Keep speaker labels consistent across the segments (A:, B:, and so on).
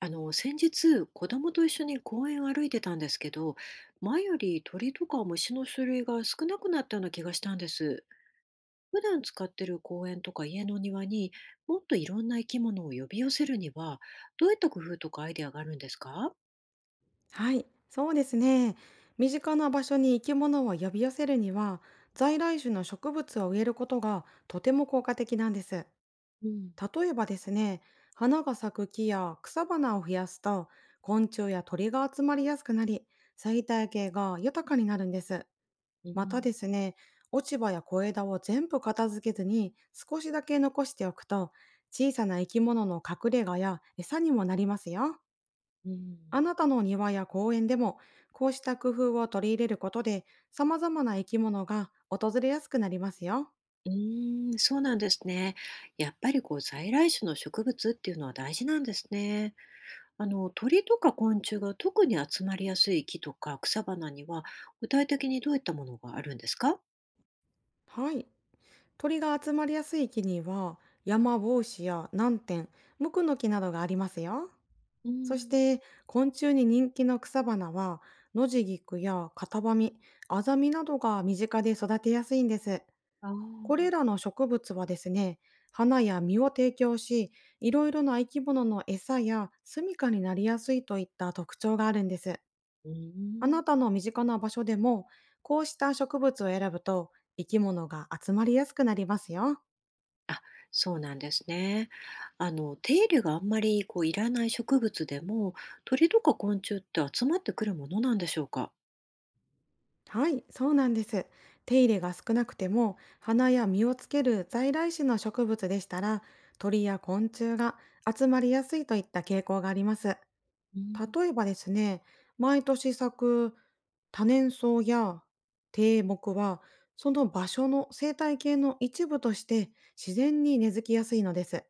A: あの、先日、子供と一緒に公園を歩いてたんですけど、前より鳥とか虫の種類が少なくなったような気がしたんです。普段使ってる公園とか家の庭にもっといろんな生き物を呼び寄せるには、どういった工夫とかアイデアがあるんですか？
B: はい、そうですね。身近な場所に生き物を呼び寄せるには、在来種の植物を植えることがとても効果的なんです。
A: うん、
B: 例えばですね、花が咲く木や草花を増やすと、昆虫や鳥が集まりやすくなり、生態系が豊かになるんです。
A: う
B: また
A: ん、
B: ですね、落ち葉や小枝を全部片付けずに少しだけ残しておくと、小さな生き物の隠れ家や餌にもなりますよ。
A: うん。
B: あなたの庭や公園でも、こうした工夫を取り入れることで、様々な生き物が訪れやすくなりますよ。
A: うーん、そうなんですね。やっぱりこう在来種の植物っていうのは大事なんですね。あの鳥とか昆虫が特に集まりやすい木とか草花には具体的にどういったものがあるんですか？
B: はい。鳥が集まりやすい木には、山帽子や南天、無垢の木などがありますよ。
A: う
B: そし
A: ん、
B: て、昆虫に人気の草花は、ノジギクやカタバミ、アザミなどが身近で育てやすいんです。
A: ああ、
B: これらの植物はですね、花や実を提供し、いろいろな生き物の餌や住処になりやすいといった特徴があるんです。
A: う
B: あ
A: ん、
B: なたの身近な場所でも、こうした植物を選ぶと生き物が集まりやすくなりますよ。
A: あ、そうなんですね。あの手入れがあんまりこういらない植物でも鳥とか昆虫って集まってくるものなんでしょうか？
B: はい、そうなんです。手入れが少なくても、花や実をつける在来種の植物でしたら、鳥や昆虫が集まりやすいといった傾向があります。
A: うん、
B: 例えばですね、毎年咲く多年草や低木は、その場所の生態系の一部として自然に根付きやすいのです。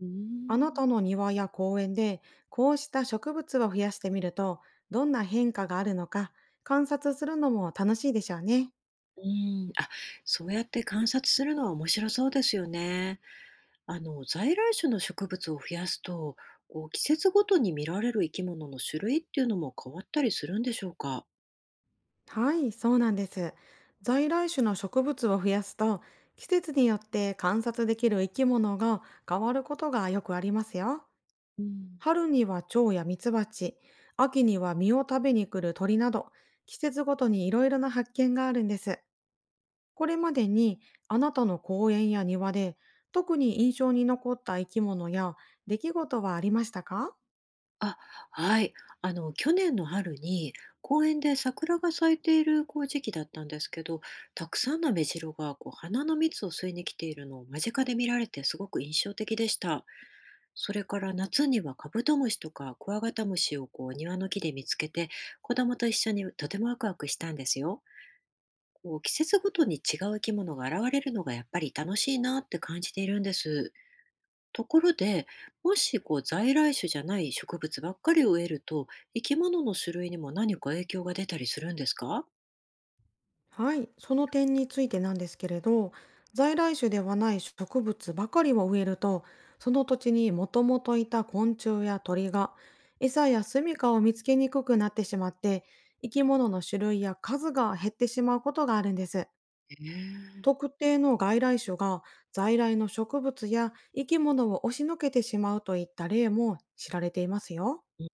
A: う
B: あなた
A: ん、
B: の庭や公園でこうした植物を増やしてみると、どんな変化があるのか観察するのも楽しいでしょうね。
A: うん、あ、そうやって観察するのは面白そうですよね。あの在来種の植物を増やすとこう季節ごとに見られる生き物の種類っていうのも変わったりするんでしょうか？
B: はい、そうなんです。在来種の植物を増やすと、季節によって観察できる生き物が変わることがよくありますよ。
A: うん、
B: 春には蝶やミツバチ、秋には実を食べに来る鳥など、季節ごとにいろいろな発見があるんです。これまでにあなたの公園や庭で特に印象に残った生き物や出来事はありましたか？
A: あ、はい。あの去年の春に公園で桜が咲いているこう時期だったんですけど、たくさんのメジロがこう花の蜜を吸いに来ているのを間近で見られてすごく印象的でした。それから夏にはカブトムシとかクワガタムシをこう庭の木で見つけて、子供と一緒にとてもワクワクしたんですよ。こう季節ごとに違う生き物が現れるのがやっぱり楽しいなって感じているんです。ところで、もしこう在来種じゃない植物ばっかりを植えると、生き物の種類にも何か影響が出たりするんですか？
B: はい、その点についてなんですけれど、在来種ではない植物ばかりを植えると、その土地にもともといた昆虫や鳥が餌や住処を見つけにくくなってしまって、生き物の種類や数が減ってしまうことがあるんです。
A: へえ。
B: 特定の外来種が在来の植物や生き物を押しのけてしまうといった例も知られていますよ。
A: うん。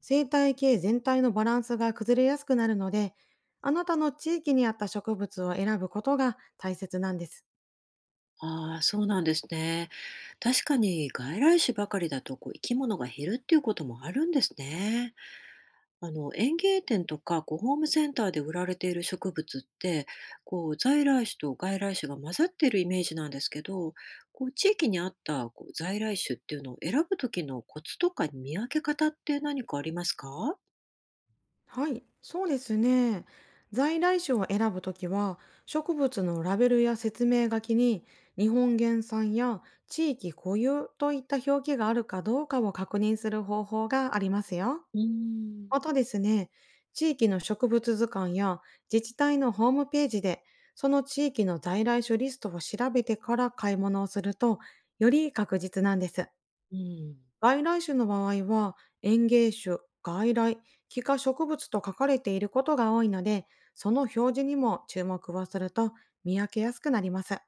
B: 生態系全体のバランスが崩れやすくなるので、あなたの地域に合った植物を選ぶことが大切なんです。
A: ああ、そうなんですね。確かに外来種ばかりだとこう生き物が減るっていうこともあるんですね。あの園芸店とかこうホームセンターで売られている植物ってこう在来種と外来種が混ざっているイメージなんですけど、こう地域にあったこう在来種っていうのを選ぶ時のコツとか見分け方って何かありますか？
B: はい、そうですね。在来種を選ぶときは、植物のラベルや説明書きに、日本原産や地域固有といった表記があるかどうかを確認する方法がありますよ。
A: うーん。
B: またですね、地域の植物図鑑や自治体のホームページで、その地域の在来種リストを調べてから買い物をすると、より確実なんです。
A: うん。
B: 外来種の場合は、園芸種、外来、気化植物と書かれていることが多いので、その表示にも注目をすると見分けやすくなります。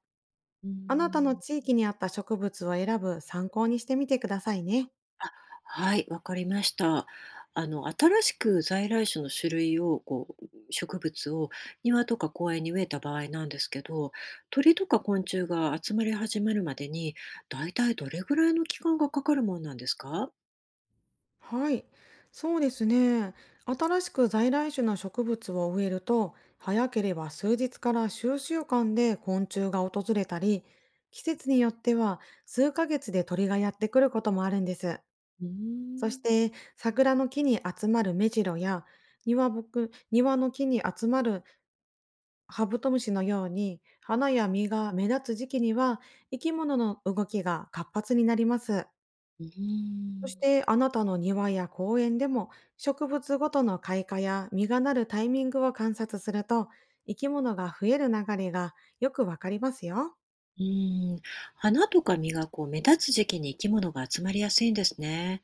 A: うー
B: あなたの
A: ん。
B: 地域に合った植物を選ぶ参考にしてみてくださいね。
A: はい、わかりました。あの、新しく在来種の種類を、こう、植物を庭とか公園に植えた場合なんですけど、鳥とか昆虫が集まり始めるまでに、だいたいどれぐらいの期間がかかるもんなんですか？
B: はい、そうですね。新しく在来種の植物を植えると、早ければ数日から数週間で昆虫が訪れたり、季節によっては数ヶ月で鳥がやってくることもあるんです。
A: うー
B: そし
A: ん。
B: て、桜の木に集まるメジロや、庭の木に集まるハブトムシのように、花や実が目立つ時期には、生き物の動きが活発になります。
A: うー
B: そし
A: ん。
B: て、あなたの庭や公園でも、植物ごとの開花や実がなるタイミングを観察すると、生き物が増える流れがよくわかりますよ。
A: うーん、花とか実がこう目立つ時期に生き物が集まりやすいんですね。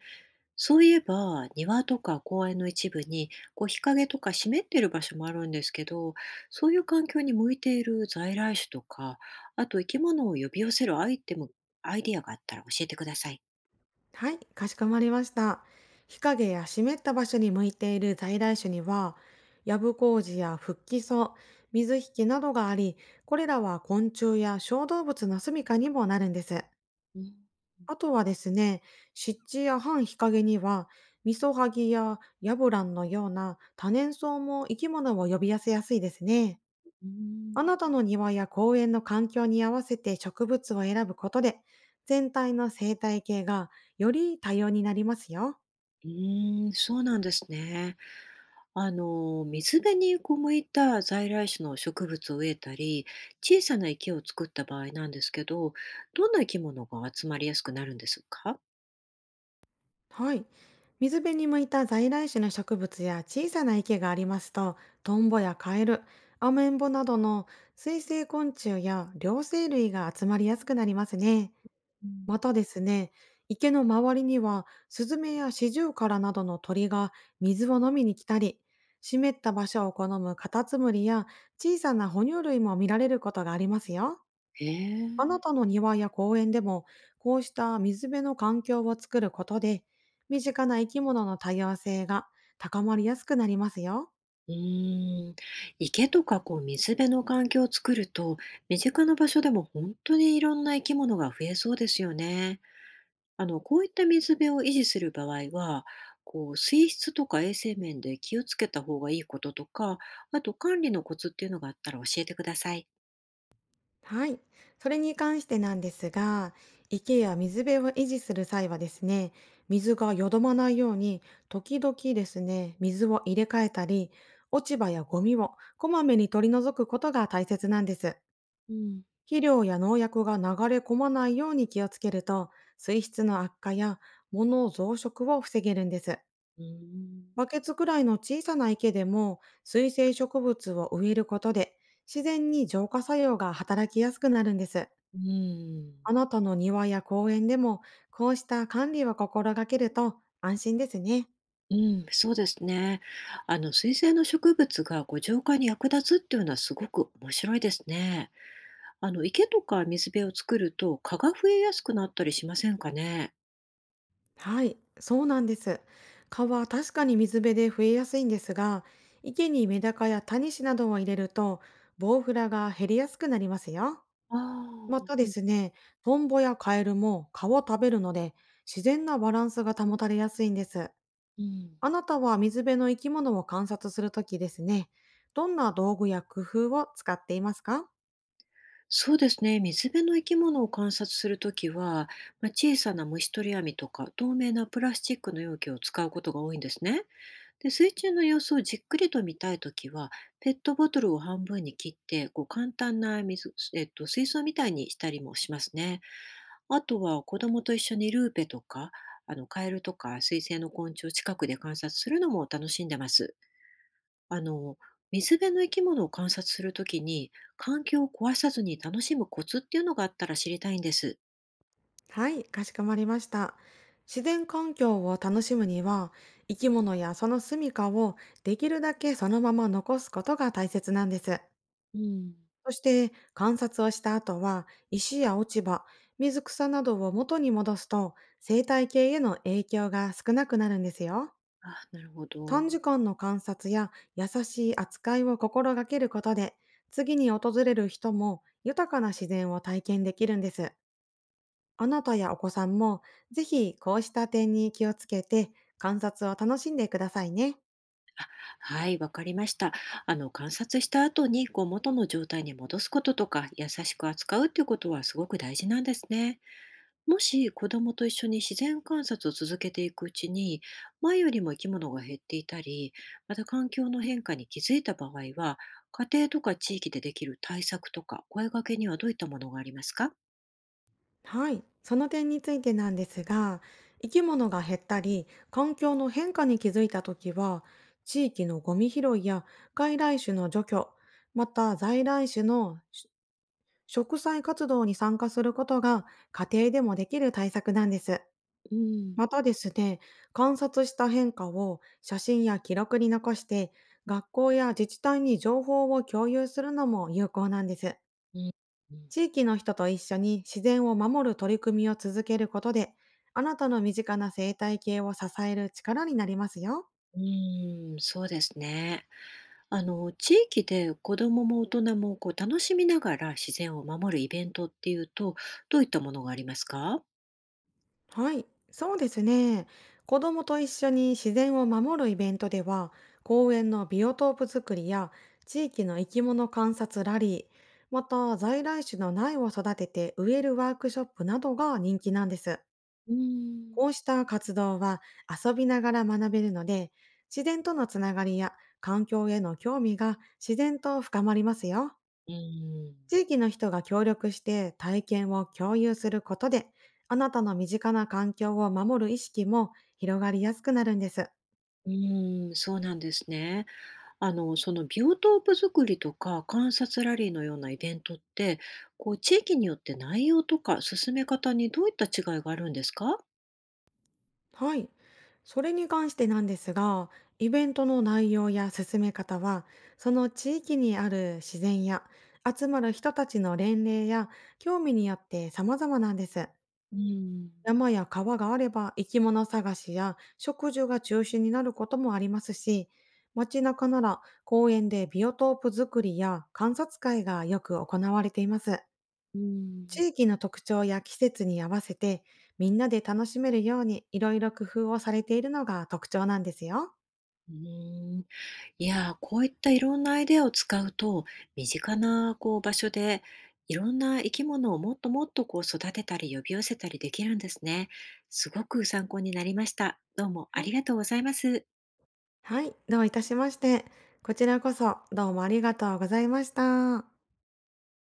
A: そういえば、庭とか公園の一部に、こう日陰とか湿ってる場所もあるんですけど、そういう環境に向いている在来種とか、あと生き物を呼び寄せるアイテム、アイディアがあったら教えてください。
B: はい、かしこまりました。日陰や湿った場所に向いている在来種には、ヤブコウジやフッキソ、水引などがあり、これらは昆虫や小動物の住処にもなるんです。
A: うん、
B: あとはですね、湿地や半日陰には、ミソハギやヤブランのような多年草も生き物を呼び寄せやすいですね。
A: うー
B: あなた
A: ん。
B: の庭や公園の環境に合わせて植物を選ぶことで、全体の生態系がより多様になりますよ。
A: うーん、そうなんですね。あの、水辺にこう向いた在来種の植物を植えたり、小さな池を作った場合なんですけど、どんな生き物が集まりやすくなるんですか？
B: はい。水辺に向いた在来種の植物や小さな池がありますと、トンボやカエル、アメンボなどの水生昆虫や両生類が集まりやすくなりますね。
A: う
B: ま
A: ん。
B: たですね、池の周りにはスズメやシジュウカラなどの鳥が水を飲みに来たり、湿った場所を好むカタツムリや小さな哺乳類も見られることがありますよ。
A: へ
B: あな
A: え。
B: たの庭や公園でもこうした水辺の環境を作ることで、身近な生き物の多様性が高まりやすくなりますよ。
A: うーん、池とかこう水辺の環境を作ると、身近な場所でも本当にいろんな生き物が増えそうですよね。あの、こういった水辺を維持する場合は、こう水質とか衛生面で気をつけた方がいいこととか、あと管理のコツっていうのがあったら教えてください。
B: はい。それに関してなんですが、池や水辺を維持する際はですね、水が淀まないように、時々ですね、水を入れ替えたり、落ち葉やゴミをこまめに取り除くことが大切なんです。
A: うん。
B: 肥料や農薬が流れ込まないように気をつけると、水質の悪化や物の増殖を防げるんです。
A: うーん。
B: バケツくらいの小さな池でも水生植物を植えることで、自然に浄化作用が働きやすくなるんです。
A: うーん。
B: あなたの庭や公園でも、こうした管理を心がけると安心ですね。
A: うん、そうですね。あの、水生の植物がこう浄化に役立つっていうのはすごく面白いですね。あの、池とか水辺を作ると蚊が増えやすくなったりしませんかね。
B: はい、そうなんです。蚊は確かに水辺で増えやすいんですが、池にメダカやタニシなどを入れると、ボウフラが減りやすくなりますよ。
A: あ
B: ま
A: あ、
B: た
A: う
B: で
A: ん。
B: すね、トンボやカエルも蚊を食べるので、自然なバランスが保たれやすいんです。
A: うん。
B: あなたは水辺の生き物を観察するときですね、どんな道具や工夫を使っていますか？
A: そうですね。水辺の生き物を観察するときは、まあ、小さな虫取り網とか透明なプラスチックの容器を使うことが多いんですね。で、水中の様子をじっくりと見たいときは、ペットボトルを半分に切って、こう簡単な水、水槽みたいにしたりもしますね。あとは子供と一緒にルーペとか、あの、カエルとか水生の昆虫を近くで観察するのも楽しんでます。あの、水辺の生き物を観察するときに、環境を壊さずに楽しむコツっていうのがあったら知りたいんです。
B: はい、かしこまりました。自然環境を楽しむには、生き物やその住処をできるだけそのまま残すことが大切なんです。
A: うん。
B: そして観察をした後は、石や落ち葉、水草などを元に戻すと、生態系への影響が少なくなるんですよ。
A: あ、なるほど。
B: 短時間の観察や優しい扱いを心がけることで、次に訪れる人も豊かな自然を体験できるんです。あなたやお子さんも、ぜひこうした点に気をつけて、観察を楽しんでくださいね。
A: はい、わかりました。あの、観察した後に、こう、元の状態に戻すこととか、優しく扱うっていうことはすごく大事なんですね。もし子供と一緒に自然観察を続けていくうちに、前よりも生き物が減っていたり、また環境の変化に気づいた場合は、家庭とか地域でできる対策とか声掛けにはどういったものがありますか？
B: はい。その点についてなんですが、生き物が減ったり、環境の変化に気づいたときは、地域のゴミ拾いや外来種の除去、また在来種の植栽活動に参加することが家庭でもできる対策なんです。
A: うん、
B: またですね、観察した変化を写真や記録に残して、学校や自治体に情報を共有するのも有効なんです。
A: うん、うん。
B: 地域の人と一緒に自然を守る取り組みを続けることで、あなたの身近な生態系を支える力になりますよ。
A: うーん、そうですね。あの、地域で子供も大人もこう楽しみながら自然を守るイベントっていうと、どういったものがありますか？
B: はい、そうですね。子供と一緒に自然を守るイベントでは、公園のビオトープ作りや地域の生き物観察ラリー、また在来種の苗を育てて植えるワークショップなどが人気なんです。
A: うーん。
B: こうした活動は遊びながら学べるので、自然とのつながりや環境への興味が自然と深まりますよ。
A: うーん。
B: 地域の人が協力して体験を共有することで、あなたの身近な環境を守る意識も広がりやすくなるんです。
A: うーん、そうなんですね。あの、そのビオトープ作りとか観察ラリーのようなイベントって、こう地域によって内容とか進め方にどういった違いがあるんですか？
B: はい。それに関してなんですが、イベントの内容や進め方は、その地域にある自然や集まる人たちの年齢や興味によって様々なんです。
A: うん。
B: 山や川があれば生き物探しや植樹が中心になることもありますし、街中なら公園でビオトープ作りや観察会がよく行われています。
A: うん。
B: 地域の特徴や季節に合わせてみんなで楽しめるようにいろいろ工夫をされているのが特徴なんですよ。
A: うーん、いやー、こういったいろんなアイデアを使うと、身近なこう場所でいろんな生き物をもっともっとこう育てたり呼び寄せたりできるんですね。すごく参考になりました。どうもあ
B: は
A: り
B: い。
A: がとうございます。
B: はい、どういたしまして。こちらこそどうもありがとうございました。